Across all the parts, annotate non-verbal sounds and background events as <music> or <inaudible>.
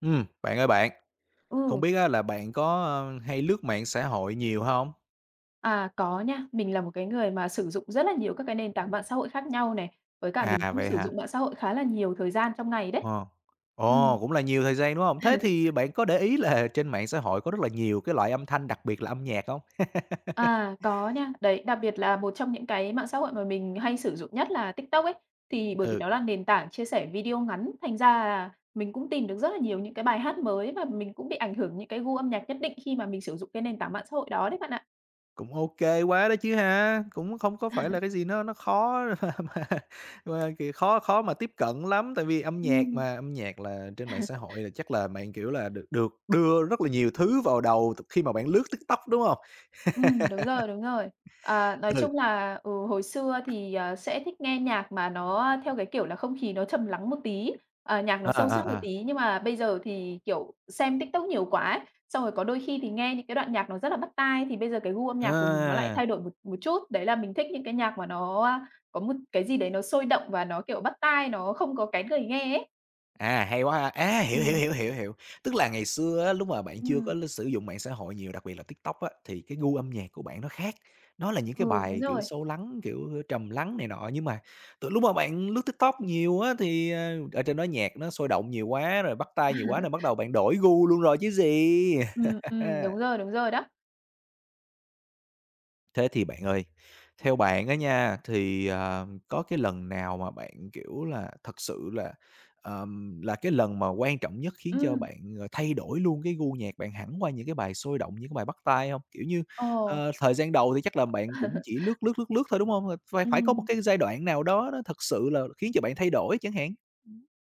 Bạn ơi không Ừ, biết á là bạn có hay lướt mạng xã hội nhiều không? Có nha. Mình là một cái người mà sử dụng rất là nhiều các cái nền tảng mạng xã hội khác nhau này, với cả mình À, cũng vậy sử hả? dụng mạng xã hội khá là nhiều thời gian trong ngày đấy. Ờ. Ừm. Ồ, cũng là nhiều thời gian, đúng không? Thế <laughs> thì bạn có để ý là <laughs> trên mạng xã hội có rất là nhiều cái loại âm thanh, đặc biệt là âm nhạc không? <laughs> Có nha. Đấy, đặc biệt là một trong những cái mạng xã hội mà mình hay sử dụng nhất là TikTok ấy, thì bởi vì Ừ, nó là nền tảng chia sẻ video ngắn, thành ra là mình cũng tìm được rất là nhiều những cái bài hát mới và mình cũng bị ảnh hưởng những cái gu âm nhạc nhất định khi mà mình sử dụng cái nền tảng mạng xã hội đó đấy bạn ạ. cũng ok quá đó chứ ha, cũng không có phải là cái gì nó khó <laughs> kiểu, khó khó mà tiếp cận lắm, tại vì âm nhạc Ừm. mà, âm nhạc là trên mạng xã hội là chắc là bạn, kiểu là, được được đưa rất là nhiều thứ vào đầu khi mà bạn lướt TikTok, đúng không? Đúng rồi, đúng rồi. À, nói Ừ, chung là, ừ, hồi xưa thì, sẽ thích nghe nhạc mà nó theo cái kiểu là không khí nó trầm lắng một tí, nhạc nó ờ, sâu ờ, sắc một ờ. tí, nhưng mà bây giờ thì, kiểu, xem TikTok nhiều quá ấy, xong rồi có đôi khi thì nghe những cái đoạn nhạc nó rất là bắt tai, thì bây giờ cái gu âm nhạc của mình nó lại À, thay đổi một một chút. Đấy là mình thích những cái nhạc mà nó có một cái gì đấy nó sôi động và nó, kiểu, bắt tai, nó không có kén người nghe ấy. Hay quá ha! Á, hiểu, hiểu, Ừm, hiểu, hiểu, hiểu. Tức là ngày xưa á, lúc mà bạn chưa ừm, có sử dụng mạng xã hội nhiều, đặc biệt là TikTok á, thì cái gu âm nhạc của bạn nó khác, nó là những cái ừ, đúng bài, kiểu, rồi. sâu lắng, kiểu, trầm lắng này nọ. Nhưng mà từ lúc mà bạn lướt TikTok nhiều á, thì, ở trên đó nhạc nó sôi động nhiều quá, rồi bắt tai nhiều quá nên bắt <laughs> đầu bạn đổi gu luôn rồi chứ gì. <laughs> Đúng rồi đó. Thế thì bạn ơi, theo bạn á nha, thì, có cái lần nào mà bạn, kiểu là, thật sự là là cái lần mà quan trọng nhất khiến Ừ cho bạn, thay đổi luôn cái gu nhạc bạn hẳn qua những cái bài sôi động, những cái bài bắt tai không? Kiểu như, ờ. Thời gian đầu thì chắc là bạn cũng chỉ lướt thôi, đúng không? Phải phải có một Ừm. <laughs> cái giai đoạn nào đó nó thật sự là khiến cho bạn thay đổi chẳng hạn.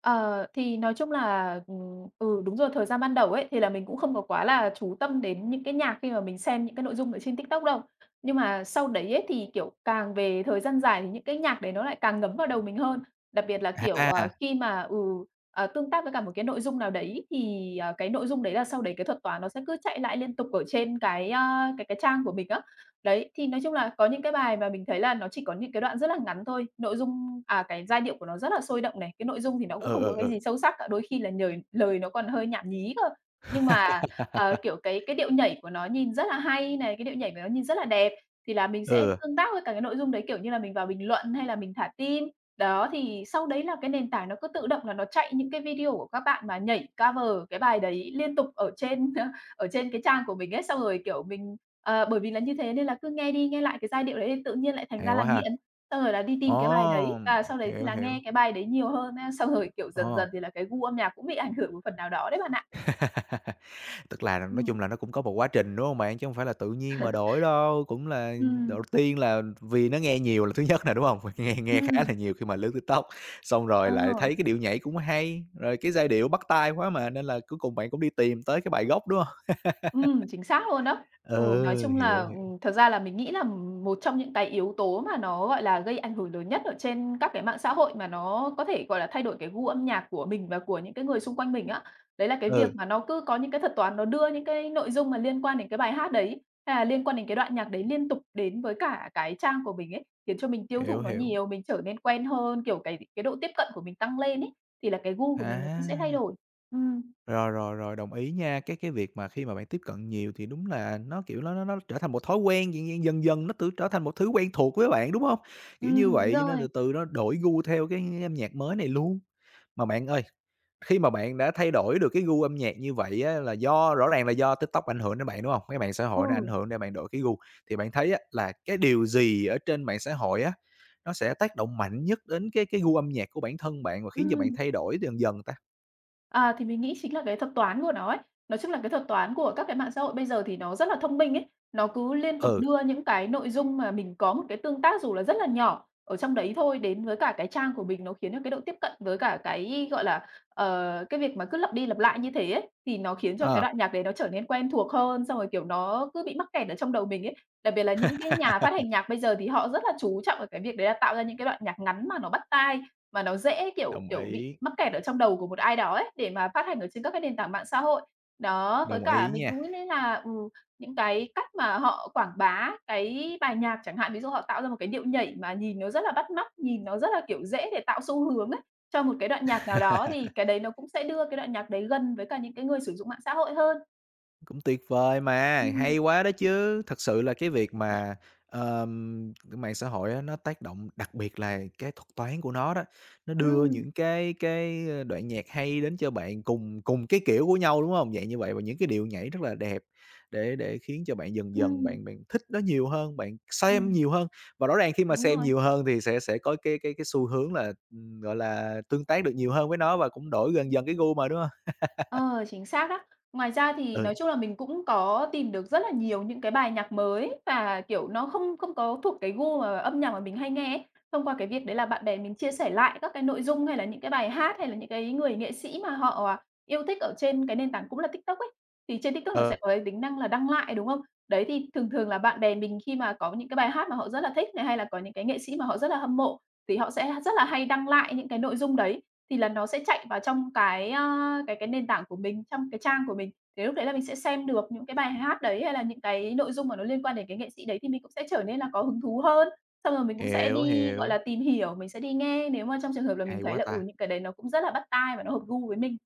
Ờ, thì nói chung là, đúng rồi, thời gian ban đầu ấy, thì là mình cũng không có quá là chú tâm đến những cái nhạc khi mà mình xem những cái nội dung ở trên TikTok đâu. Nhưng mà sau đấy ấy, thì, kiểu, càng về thời gian dài thì những cái nhạc đấy nó lại càng ngấm vào đầu mình hơn. Đặc biệt là, kiểu, ờ, À, khi mà ừ, ờ, tương tác với cả một cái nội dung nào đấy thì, cái nội dung đấy là sau đấy cái thuật toán nó sẽ cứ chạy lại liên tục ở trên cái, a, cái cái trang của mình á. Đấy, thì nói chung là có những cái bài mà mình thấy là nó chỉ có những cái đoạn rất là ngắn thôi, cái giai điệu của nó rất là sôi động này, cái nội dung thì nó cũng ừ, không có ừ, cái ừ, gì sâu sắc cả, đôi khi là lời nó còn hơi nhảm nhí cơ. Nhưng mà, ờ, kiểu, cái điệu nhảy của nó nhìn rất là hay này, cái điệu nhảy của nó nhìn rất là đẹp, thì là mình sẽ ừ, tương tác với cả cái nội dung đấy, kiểu như là, mình vào bình luận hay là mình thả tim. Đó, thì sau đấy là cái nền tảng nó cứ tự động là nó chạy những cái video của các bạn mà nhảy cover cái bài đấy liên tục ở trên <laughs> ở trên cái trang của mình ấy, xong rồi, kiểu, mình, bởi vì là như thế nên là cứ nghe đi nghe lại cái giai điệu đấy thì tự nhiên lại thành hay ra là quá ha. nghiện, xong rồi là đi tìm Ồ, cái bài đấy và sau đấy thì hiểu, là nghe hiểu, cái bài đấy nhiều hơn á, xong rồi, kiểu, dần ờ. dần thì là cái gu âm nhạc cũng bị ảnh hưởng một phần nào đó đấy bạn ạ. <laughs> Tức là nói Ừm. chung là nó cũng có một quá trình, đúng không bạn? Chứ không phải là tự nhiên mà đổi đâu, cũng là đầu Ừm, tiên là vì nó nghe nhiều là thứ nhất nè, đúng không? <laughs> Nghe nghe khá ừm, là nhiều khi mà lướt TikTok, xong rồi ờ. lại thấy cái điệu nhảy cũng hay, rồi cái giai điệu bắt tai quá mà, nên là cuối cùng bạn cũng đi tìm tới cái bài gốc, đúng không? Chính xác luôn đó. Ừ, nói Ừ, chung là, hiểu, hiểu. ừm, thật ra là mình nghĩ là một trong những cái yếu tố mà nó, gọi là, gây ảnh hưởng lớn nhất ở trên các cái mạng xã hội mà nó có thể, gọi là, thay đổi cái gu âm nhạc của mình và của những cái người xung quanh mình á, đấy là cái việc Ừ, mà nó cứ có những cái thuật toán nó đưa những cái nội dung mà liên quan đến cái bài hát đấy, hay là liên quan đến cái đoạn nhạc đấy liên tục đến với cả cái trang của mình ấy, khiến cho mình tiêu thụ hiểu, nó hiểu. nhiều, mình trở nên quen hơn, kiểu, cái độ tiếp cận của mình tăng lên ấy, thì là cái gu của mình nó cũng sẽ thay À! đổi. Ừm, Rồi, rồi, rồi, đồng ý nha. Cái việc mà khi mà bạn tiếp cận nhiều thì đúng là nó, kiểu, nó trở thành một thói quen, dần dần nó tự trở thành một thứ quen thuộc với bạn, đúng không? Kiểu như đúng vậy, cho nên rồi. từ từ nó đổi gu theo cái âm nhạc mới này luôn. Mà bạn ơi, khi mà bạn đã thay đổi được cái gu âm nhạc như vậy á, là do rõ ràng là do TikTok ảnh hưởng đến bạn, đúng không? Cái mạng xã hội nó ảnh Ừ, hưởng để bạn đổi cái gu. Thì bạn thấy á, là cái điều gì ở trên mạng xã hội á, nó sẽ tác động mạnh nhất đến cái gu âm nhạc của bản thân bạn và khiến cho bạn ừm. thay đổi dần dần ta? À, thì mình nghĩ chính là cái thuật toán của nó ấy. Nói chung là cái thuật toán của các cái mạng xã hội bây giờ thì nó rất là thông minh ấy. Nó cứ liên tục Ừ, đưa những cái nội dung mà mình có một cái tương tác dù là rất là nhỏ ở trong đấy thôi đến với cả cái trang của mình, nó khiến cho cái độ tiếp cận với cả cái, gọi là, cái việc mà cứ lặp đi lặp lại như thế ấy, thì nó khiến cho cái ờ. đoạn nhạc đấy nó trở nên quen thuộc hơn, xong rồi, kiểu, nó cứ bị mắc kẹt ở trong đầu mình ấy. Đặc biệt là những cái nhà <laughs> phát hành nhạc bây giờ thì họ rất là chú trọng ở cái việc đấy là tạo ra những cái đoạn nhạc ngắn mà nó bắt tai. Mà nó dễ, kiểu, Đồng kiểu, bị ý, mắc kẹt ở trong đầu của một ai đó ấy, để mà phát hành ở trên các cái nền tảng mạng xã hội. Đó, với đồng cả ý mình cứ nha. nghĩ là, những cái cách mà họ quảng bá cái bài nhạc chẳng hạn, ví dụ họ tạo ra một cái điệu nhảy mà nhìn nó rất là bắt mắt, nhìn nó rất là, kiểu, dễ để tạo xu hướng ấy, cho một cái đoạn nhạc nào đó <laughs> thì cái đấy nó cũng sẽ đưa cái đoạn nhạc đấy gần với cả những cái người sử dụng mạng xã hội hơn. Cũng tuyệt vời mà, Ừm, hay quá đó chứ. Thật sự là cái việc mà, cái mạng xã hội á, nó tác động đặc biệt là cái thuật toán của nó đó, nó đưa ừm, những cái đoạn nhạc hay đến cho bạn cùng cùng cái kiểu của nhau, đúng không, vậy như vậy và những cái điệu nhảy rất là đẹp để khiến cho bạn dần dần ừm, bạn bạn thích nó nhiều hơn, bạn xem ừm, nhiều hơn. Và rõ ràng khi mà đúng xem rồi. nhiều hơn thì sẽ có cái xu hướng là, gọi là, tương tác được nhiều hơn với nó và cũng đổi dần dần cái gu mà, đúng không? Ờ, chính xác đó. Ngoài ra thì Ừ. nói chung là mình cũng có tìm được rất là nhiều những cái bài nhạc mới và, kiểu, nó không không có thuộc cái gu mà âm nhạc mà mình hay nghe ấy. Thông qua cái việc đấy là bạn bè mình chia sẻ lại các cái nội dung hay là những cái bài hát hay là những cái người nghệ sĩ mà họ yêu thích ở trên cái nền tảng cũng là TikTok ấy, thì trên TikTok nó sẽ Ừ, có cái tính năng là đăng lại, đúng không? Đấy, thì thường thường là bạn bè mình khi mà có những cái bài hát mà họ rất là thích này, hay là có những cái nghệ sĩ mà họ rất là hâm mộ thì họ sẽ rất là hay đăng lại những cái nội dung đấy. Thì là nó sẽ chạy vào trong cái, a, cái cái nền tảng của mình, trong cái trang của mình. Thế lúc đấy là mình sẽ xem được những cái bài hát đấy, hay là những cái nội dung mà nó liên quan đến cái nghệ sĩ đấy thì mình cũng sẽ trở nên là có hứng thú hơn. Xong rồi mình cũng sẽ hiểu, đi, gọi là, hiểu. tìm hiểu, mình sẽ đi nghe nếu mà trong trường hợp là mình Hay thấy quá là, ta! những cái đấy nó cũng rất là bắt tai và nó hợp gu với mình.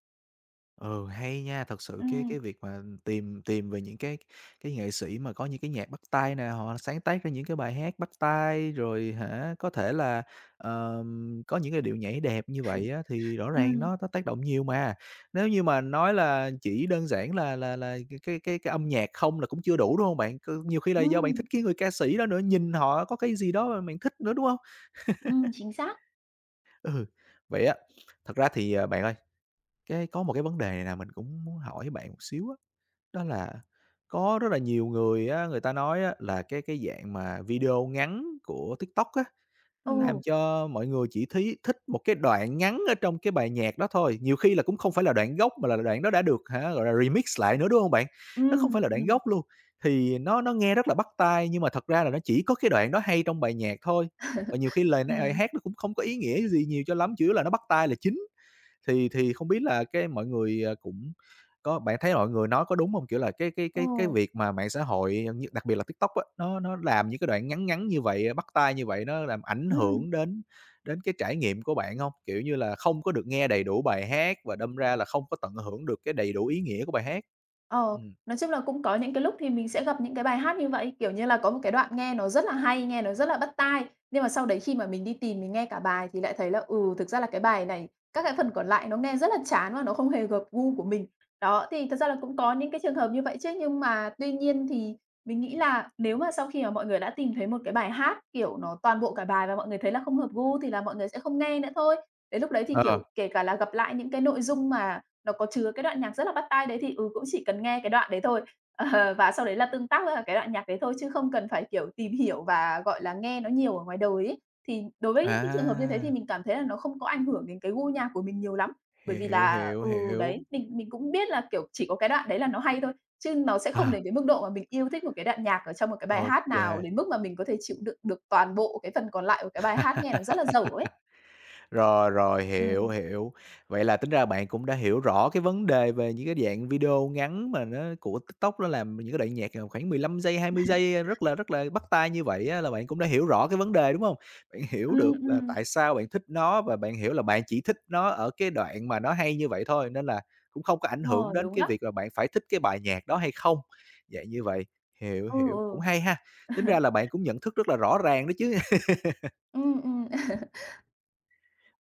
Ừ, hay nha, thật sự cái Ừm, cái việc mà tìm tìm về những cái nghệ sĩ mà có những cái nhạc bắt tai nè, họ sáng tác ra những cái bài hát bắt tai, rồi hả, có thể là, có những cái điệu nhảy đẹp như vậy á, thì rõ ràng ừm, nó tác động nhiều mà. Nếu như mà nói là chỉ đơn giản là c cái âm nhạc không là cũng chưa đủ, đúng không bạn? C nhiều khi là do ừm, bạn thích cái người ca sĩ đó nữa, nhìn họ có cái gì đó mà bạn thích nữa, đúng không? Chính xác. Ừ, vậy á thật ra thì, bạn ơi, cái có một cái vấn đề này là mình cũng muốn hỏi bạn một xíu á, đó là có rất là nhiều người á, người ta nói á là cái dạng mà video ngắn của TikTok á, nó làm Ừ, cho mọi người chỉ thích một cái đoạn ngắn ở trong cái bài nhạc đó thôi. Nhiều khi là cũng không phải là đoạn gốc mà là đoạn đó đã được hả, gọi là, remix lại nữa, đúng không bạn? Nó không phải ừm, là đoạn ừm, gốc luôn, thì nó nghe rất là bắt tai, nhưng mà thật ra là nó chỉ có cái đoạn đó hay trong bài nhạc thôi. Và nhiều khi lời ừm, hát nó cũng không có ý nghĩa gì nhiều cho lắm, chủ yếu là nó bắt tai là chính. Thì không biết là cái mọi người, cũng có bạn thấy mọi người nói có đúng không? Kiểu là, cái cái ừ, cái cái việc mà mạng xã hội, như đặc biệt là TikTok á, nó làm những cái đoạn ngắn ngắn như vậy, bắt tai như vậy, nó làm ảnh ừm. hưởng đến đến cái trải nghiệm của bạn không? Kiểu như là, không có được nghe đầy đủ bài hát và đâm ra là không có tận hưởng được cái đầy đủ ý nghĩa của bài hát. Ờ, Ừm. nói chung là cũng có những cái lúc thì mình sẽ gặp những cái bài hát như vậy, kiểu như là, có một cái đoạn nghe nó rất là hay, nghe nó rất là bắt tai, nhưng mà sau đấy khi mà mình đi tìm mình nghe cả bài thì lại thấy là, thực ra là cái bài này các cái phần còn lại nó nghe rất là chán và nó không hề hợp gu của mình. Đó, thì thật ra là cũng có những cái trường hợp như vậy chứ, nhưng mà tuy nhiên thì mình nghĩ là nếu mà sau khi mà mọi người đã tìm thấy một cái bài hát, kiểu, nó toàn bộ cả bài và mọi người thấy là không hợp gu thì là mọi người sẽ không nghe nữa thôi. Đến lúc đấy thì, Ờ, kiểu, kể cả là gặp lại những cái nội dung mà nó có chứa cái đoạn nhạc rất là bắt tai đấy thì, cũng chỉ cần nghe cái đoạn đấy thôi, ờ, <laughs> và sau đấy là tương tác với cả cái đoạn nhạc đấy thôi, chứ không cần phải, kiểu, tìm hiểu và, gọi là, nghe nó nhiều ở ngoài đời ấy. Thì đối với những cái trường hợp như thế thì à, mình cảm thấy là nó không có ảnh hưởng đến cái gu nhạc của mình nhiều lắm, bởi vì hiểu, là hiểu, đấy, hiểu. mình cũng biết là, kiểu, chỉ có cái đoạn đấy là nó hay thôi, chứ nó sẽ không đến À, cái mức độ mà mình yêu thích một cái đoạn nhạc ở trong một cái bài hát ok nào đến mức mà mình có thể chịu đựng được toàn bộ cái phần còn lại của cái bài hát nghe nó rất là dở ấy. rồi, rồi, hiểu, Ừm, hiểu. Vậy là tính ra bạn cũng đã hiểu rõ cái vấn đề về những cái dạng video ngắn mà nó của TikTok nó làm những cái đoạn nhạc, khoảng 15 giây, 20 giây rất là bắt tai như vậy á, là bạn cũng đã hiểu rõ cái vấn đề, đúng không? Bạn hiểu ừm, được là ừm, tại sao bạn thích nó và bạn hiểu là bạn chỉ thích nó ở cái đoạn mà nó hay như vậy thôi, nên là cũng không có ảnh hưởng ờ, đến đúng cái đó, việc là bạn phải thích cái bài nhạc đó hay không. Vậy như vậy, hiểu, ừ, hiểu, ừ. cũng hay ha. Tính <laughs> ra là bạn cũng nhận thức rất là rõ ràng đó chứ. Ừm.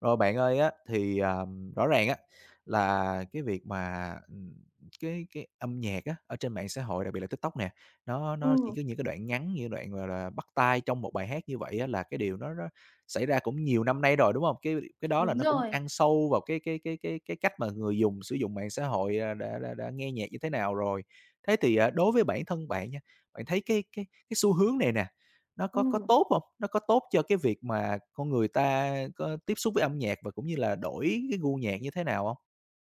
Rồi bạn ơi á, thì, rõ ràng á, là cái việc mà, cái âm nhạc á, ở trên mạng xã hội, đặc biệt là TikTok nè, nó Ừ, nó chỉ có những cái đoạn ngắn, như đoạn, gọi là, bắt tai trong một bài hát như vậy á, là cái điều nó xảy ra cũng nhiều năm nay rồi, đúng không? Cái đó là đúng nó cũng rồi. ăn sâu vào cái cách mà người dùng sử dụng mạng xã hội, đã nghe nhạc như thế nào rồi. Thế thì, đối với bản thân bạn nha, bạn thấy cái xu hướng này nè, nó Ừ. có tốt không? Nó có tốt cho cái việc mà con người ta có tiếp xúc với âm nhạc và cũng như là đổi cái gu nhạc như thế nào không?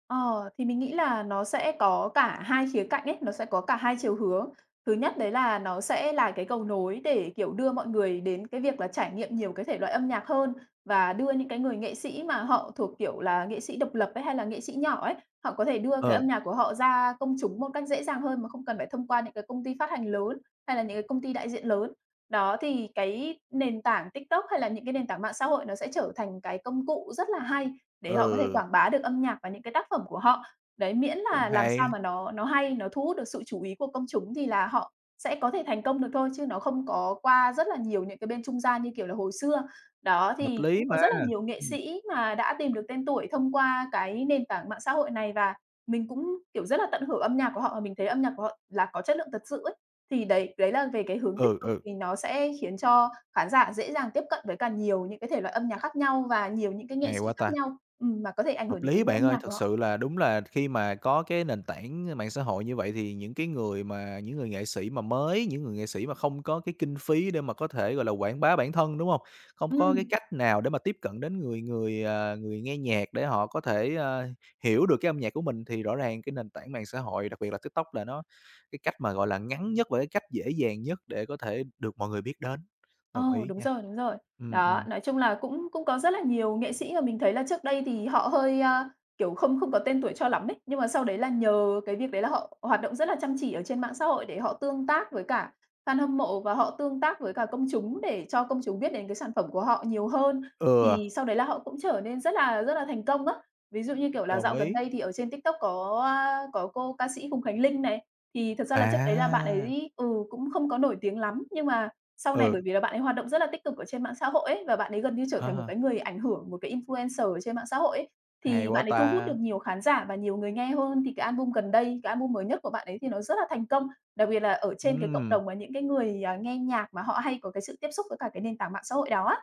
Ờ, thì mình nghĩ là nó sẽ có cả hai khía cạnh ấy, nó sẽ có cả hai chiều hướng. Thứ nhất đấy là nó sẽ là cái cầu nối để, kiểu, đưa mọi người đến cái việc là trải nghiệm nhiều cái thể loại âm nhạc hơn và đưa những cái người nghệ sĩ mà họ thuộc, kiểu là, nghệ sĩ độc lập ấy, hay là nghệ sĩ nhỏ ấy, họ có thể đưa cái Ừ, âm nhạc của họ ra công chúng một cách dễ dàng hơn mà không cần phải thông qua những cái công ty phát hành lớn hay là những cái công ty đại diện lớn. Đó, thì cái nền tảng TikTok hay là những cái nền tảng mạng xã hội nó sẽ trở thành cái công cụ rất là hay để họ có thể ừ, quảng bá được âm nhạc và những cái tác phẩm của họ. Đấy, miễn cũng là làm sao hay, mà nó hay, nó thu hút được sự chú ý của công chúng thì là họ sẽ có thể thành công được thôi, chứ nó không có qua rất là nhiều những cái bên trung gian như kiểu là hồi xưa. Đó, hợp thì lý cũng mà. có rất là nhiều nghệ Ừm, sĩ mà đã tìm được tên tuổi thông qua cái nền tảng mạng xã hội này và mình cũng, kiểu, rất là tận hưởng âm nhạc của họ và mình thấy âm nhạc của họ là có chất lượng thật sự ấy. Thì đấy, đấy là về cái hướng tích ừ, cực ừ, thì nó sẽ khiến cho khán giả dễ dàng tiếp cận với càng nhiều những cái thể loại âm nhạc khác nhau và nhiều những cái nghệ hay sĩ quá khác ta. nhau, mà có thể ảnh hưởng Hợp đến cái lý gu bạn âm ơi, nhạc của thật họ. sự là đúng là khi mà có cái nền tảng mạng xã hội như vậy thì những cái người mà những người nghệ sĩ mà mới, những người nghệ sĩ mà không có cái kinh phí để mà có thể, gọi là, quảng bá bản thân, đúng không? Không có cái Ừm. cách nào để mà tiếp cận đến người người, à, người nghe nhạc để họ có thể, hiểu được cái âm nhạc của mình thì rõ ràng cái nền tảng mạng xã hội, đặc biệt là TikTok là nó cái cách mà, gọi là, ngắn nhất và cái cách dễ dàng nhất để có thể được mọi người biết đến. Đồng Ồ, ý đúng nha. rồi, đúng rồi. Ừ, Đó, ừm. nói chung là cũng cũng có rất là nhiều nghệ sĩ mà mình thấy là trước đây thì họ hơi, kiểu, không không có tên tuổi cho lắm ấy, nhưng mà sau đấy là nhờ cái việc đấy là họ hoạt động rất là chăm chỉ ở trên mạng xã hội để họ tương tác với cả fan hâm mộ và họ tương tác với cả công chúng để cho công chúng biết đến cái sản phẩm của họ nhiều hơn. Thì Ừ, sau đấy là họ cũng trở nên rất là thành công á. Ví dụ như, kiểu là, đồng dạo gần ý. đây thì ở trên TikTok có cô ca sĩ Hùng Khánh Linh này, thì thật ra là trước đấy là bạn À, ấy cũng không có nổi tiếng lắm, nhưng mà sau này bởi ừ, vì là bạn ấy hoạt động rất là tích cực ở trên mạng xã hội ấy, và bạn ấy gần như trở à thành một ha. cái người ảnh hưởng, một cái influencer ở trên mạng xã hội ấy, Hay thì quá bạn ấy thu hút được ta! nhiều khán giả và nhiều người nghe hơn. Thì cái album gần đây, cái album mới nhất của bạn ấy thì nó rất là thành công, đặc biệt là ở trên cái cộng Ừm, đồng mà những cái người, nghe nhạc mà họ hay có cái sự tiếp xúc với cả cái nền tảng mạng xã hội đó á.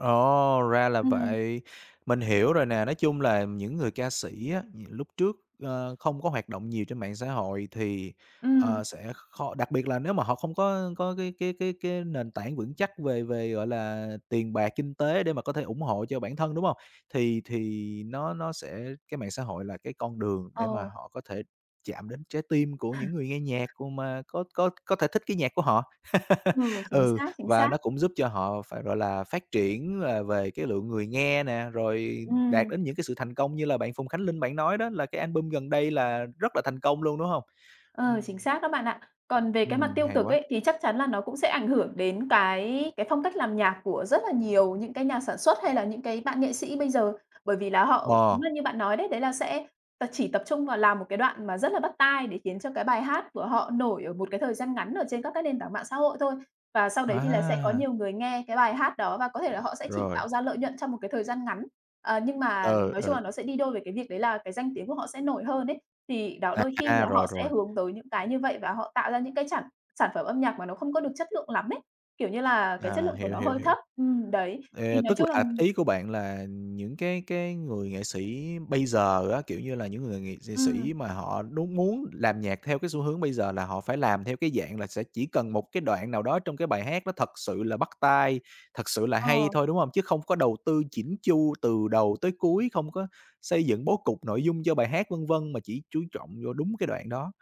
ồ, ra là Ừm, vậy. Mình hiểu rồi nè, nói chung là những người ca sĩ á, lúc trước, không có hoạt động nhiều trên mạng xã hội thì, ừm. Sẽ khó đặc biệt là nếu mà họ không có cái nền tảng vững chắc về về, gọi là, tiền bạc, kinh tế để mà có thể ủng hộ cho bản thân, đúng không? Thì nó sẽ cái mạng xã hội là cái con đường để mà Ờ, họ có thể chạm đến trái tim của những người nghe nhạc của mà có thể thích cái nhạc của họ. <laughs> ừ, chính Ừ. xác, chính Và xác. nó cũng giúp cho họ phải, gọi là, phát triển là về cái lượng người nghe nè, rồi đạt Ừm. đến những cái sự thành công như là bạn Phùng Khánh Linh bạn nói đó, là cái album gần đây là rất là thành công luôn, đúng hông? Ờ, chính Ừm, xác đó bạn ạ. Còn về cái mặt tiêu hay cực quá. ấy, thì chắc chắn là nó cũng sẽ ảnh hưởng đến cái phong cách làm nhạc của rất là nhiều những cái nhà sản xuất hay là những cái bạn nghệ sĩ bây giờ. Bởi vì là họ Ờ, đúng là như bạn nói đấy, đấy là sẽ chỉ tập trung vào làm một cái đoạn mà rất là bắt tai để khiến cho cái bài hát của họ nổi ở một cái thời gian ngắn ở trên các cái nền tảng mạng xã hội thôi. Và sau đấy thì là sẽ có à, nhiều người nghe cái bài hát đó và có thể là họ sẽ chỉ rồi, tạo ra lợi nhuận trong một cái thời gian ngắn. Nhưng mà ừ, nói chung là ừ, nó sẽ đi đôi với cái việc đấy là cái danh tiếng của họ sẽ nổi hơn ấy. Thì đó, à, đôi khi là à, họ rồi, sẽ rồi, hướng tới những cái như vậy và họ tạo ra những cái sản sản phẩm âm nhạc mà nó không có được chất lượng lắm ấy, kiểu như là, cái chất à, lượng của hiểu, nó hiểu, hơi hiểu. thấp. Đấy, thì Ờ, nói tức chung là là ý của bạn là những cái người nghệ sĩ bây giờ á, kiểu như là, những người nghệ nghệ ừm, sĩ mà họ đúng muốn làm nhạc theo cái xu hướng bây giờ là họ phải làm theo cái dạng là sẽ chỉ cần một cái đoạn nào đó trong cái bài hát nó thật sự là bắt tai, thật sự là ờ. hay thôi, đúng không? Chứ không có đầu tư chỉn chu từ đầu tới cuối, không có xây dựng bố cục nội dung cho bài hát, vân vân, mà chỉ chú trọng vô đúng cái đoạn đó,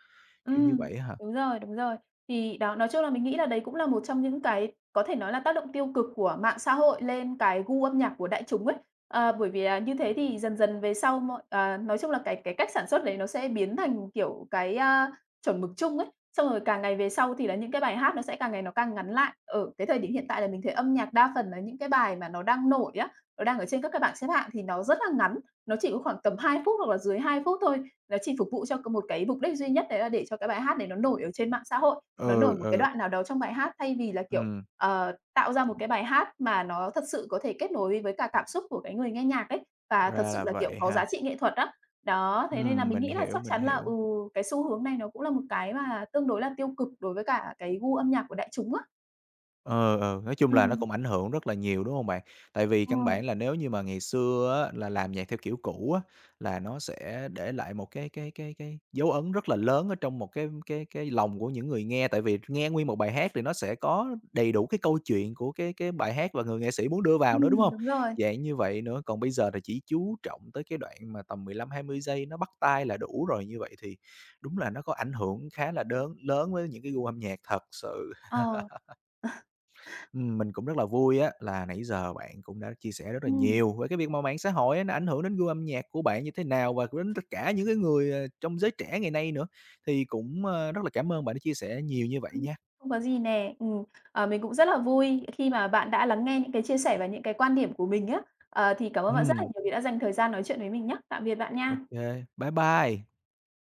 kiểu như Ừm, vậy á hả? đúng rồi, đúng rồi. Thì đó, nói chung là mình nghĩ là đấy cũng là một trong những cái có thể nói là tác động tiêu cực của mạng xã hội lên cái gu âm nhạc của đại chúng ấy. Bởi vì là như thế thì dần dần về sau nói chung là cái cách sản xuất đấy nó sẽ biến thành, kiểu, cái, chuẩn mực chung ấy. Xong rồi càng ngày về sau thì là những cái bài hát nó sẽ càng ngày nó càng ngắn lại. Ở cái thời điểm hiện tại là mình thấy âm nhạc đa phần là những cái bài mà nó đang nổi á, nó đang ở trên các cái bảng xếp hạng thì nó rất là ngắn, nó chỉ có khoảng tầm 2 phút hoặc là dưới 2 phút thôi. Nó chỉ phục vụ cho một cái mục đích duy nhất đấy là để cho cái bài hát đấy nó nổi ở trên mạng xã hội, nó nổi Ừ, một cái ừ, đoạn nào đó trong bài hát thay vì là, kiểu, ừm, tạo ra một cái bài hát mà nó thật sự có thể kết nối với cả cảm xúc của cái người nghe nhạc ấy, và thật ra sự là là, kiểu, vậy có giá ha. trị nghệ thuật á. Đó, thế nên là mình Mình nghĩ là hiểu, chắc mình chắn là, hiểu. cái xu hướng này nó cũng là một cái mà tương đối là tiêu cực đối với cả cái gu âm nhạc của đại chúng á. Ờ, ờ, nói chung là nó Ừm, cũng ảnh hưởng rất là nhiều, đúng hông bạn? Tại vì ờ, căn bản là nếu như mà ngày xưa á, là làm nhạc theo kiểu cũ á, là nó sẽ để lại một cái dấu ấn rất là lớn ở trong một cái lòng của những người nghe. Tại vì nghe nguyên một bài hát thì nó sẽ có đầy đủ cái câu chuyện của cái bài hát và người nghệ sĩ muốn đưa vào nữa, đúng hông? đúng rồi, Dạng như vậy nữa, còn bây giờ thì chỉ chú trọng tới cái đoạn mà tầm 15-20 giây nó bắt tai là đủ rồi, như vậy thì đúng là nó có ảnh hưởng khá là đớn lớn với những cái gu âm nhạc thật sự. ờ, Mình cũng rất là vui á là nãy giờ bạn cũng đã chia sẻ rất là ừm. nhiều về cái việc mà mạng xã hội á, nó ảnh hưởng đến gu âm nhạc của bạn như thế nào và cũng đến tất cả những cái người, trong giới trẻ ngày nay nữa. Thì cũng, rất là cảm ơn bạn đã chia sẻ nhiều như vậy Ừm, nha. không có gì nè. Mình cũng rất là vui khi mà bạn đã lắng nghe những cái chia sẻ và những cái quan điểm của mình á. Thì cảm ơn bạn rất là Ừm, nhiều vì đã dành thời gian nói chuyện với mình nhá. Tạm biệt bạn ô nha. bye bye.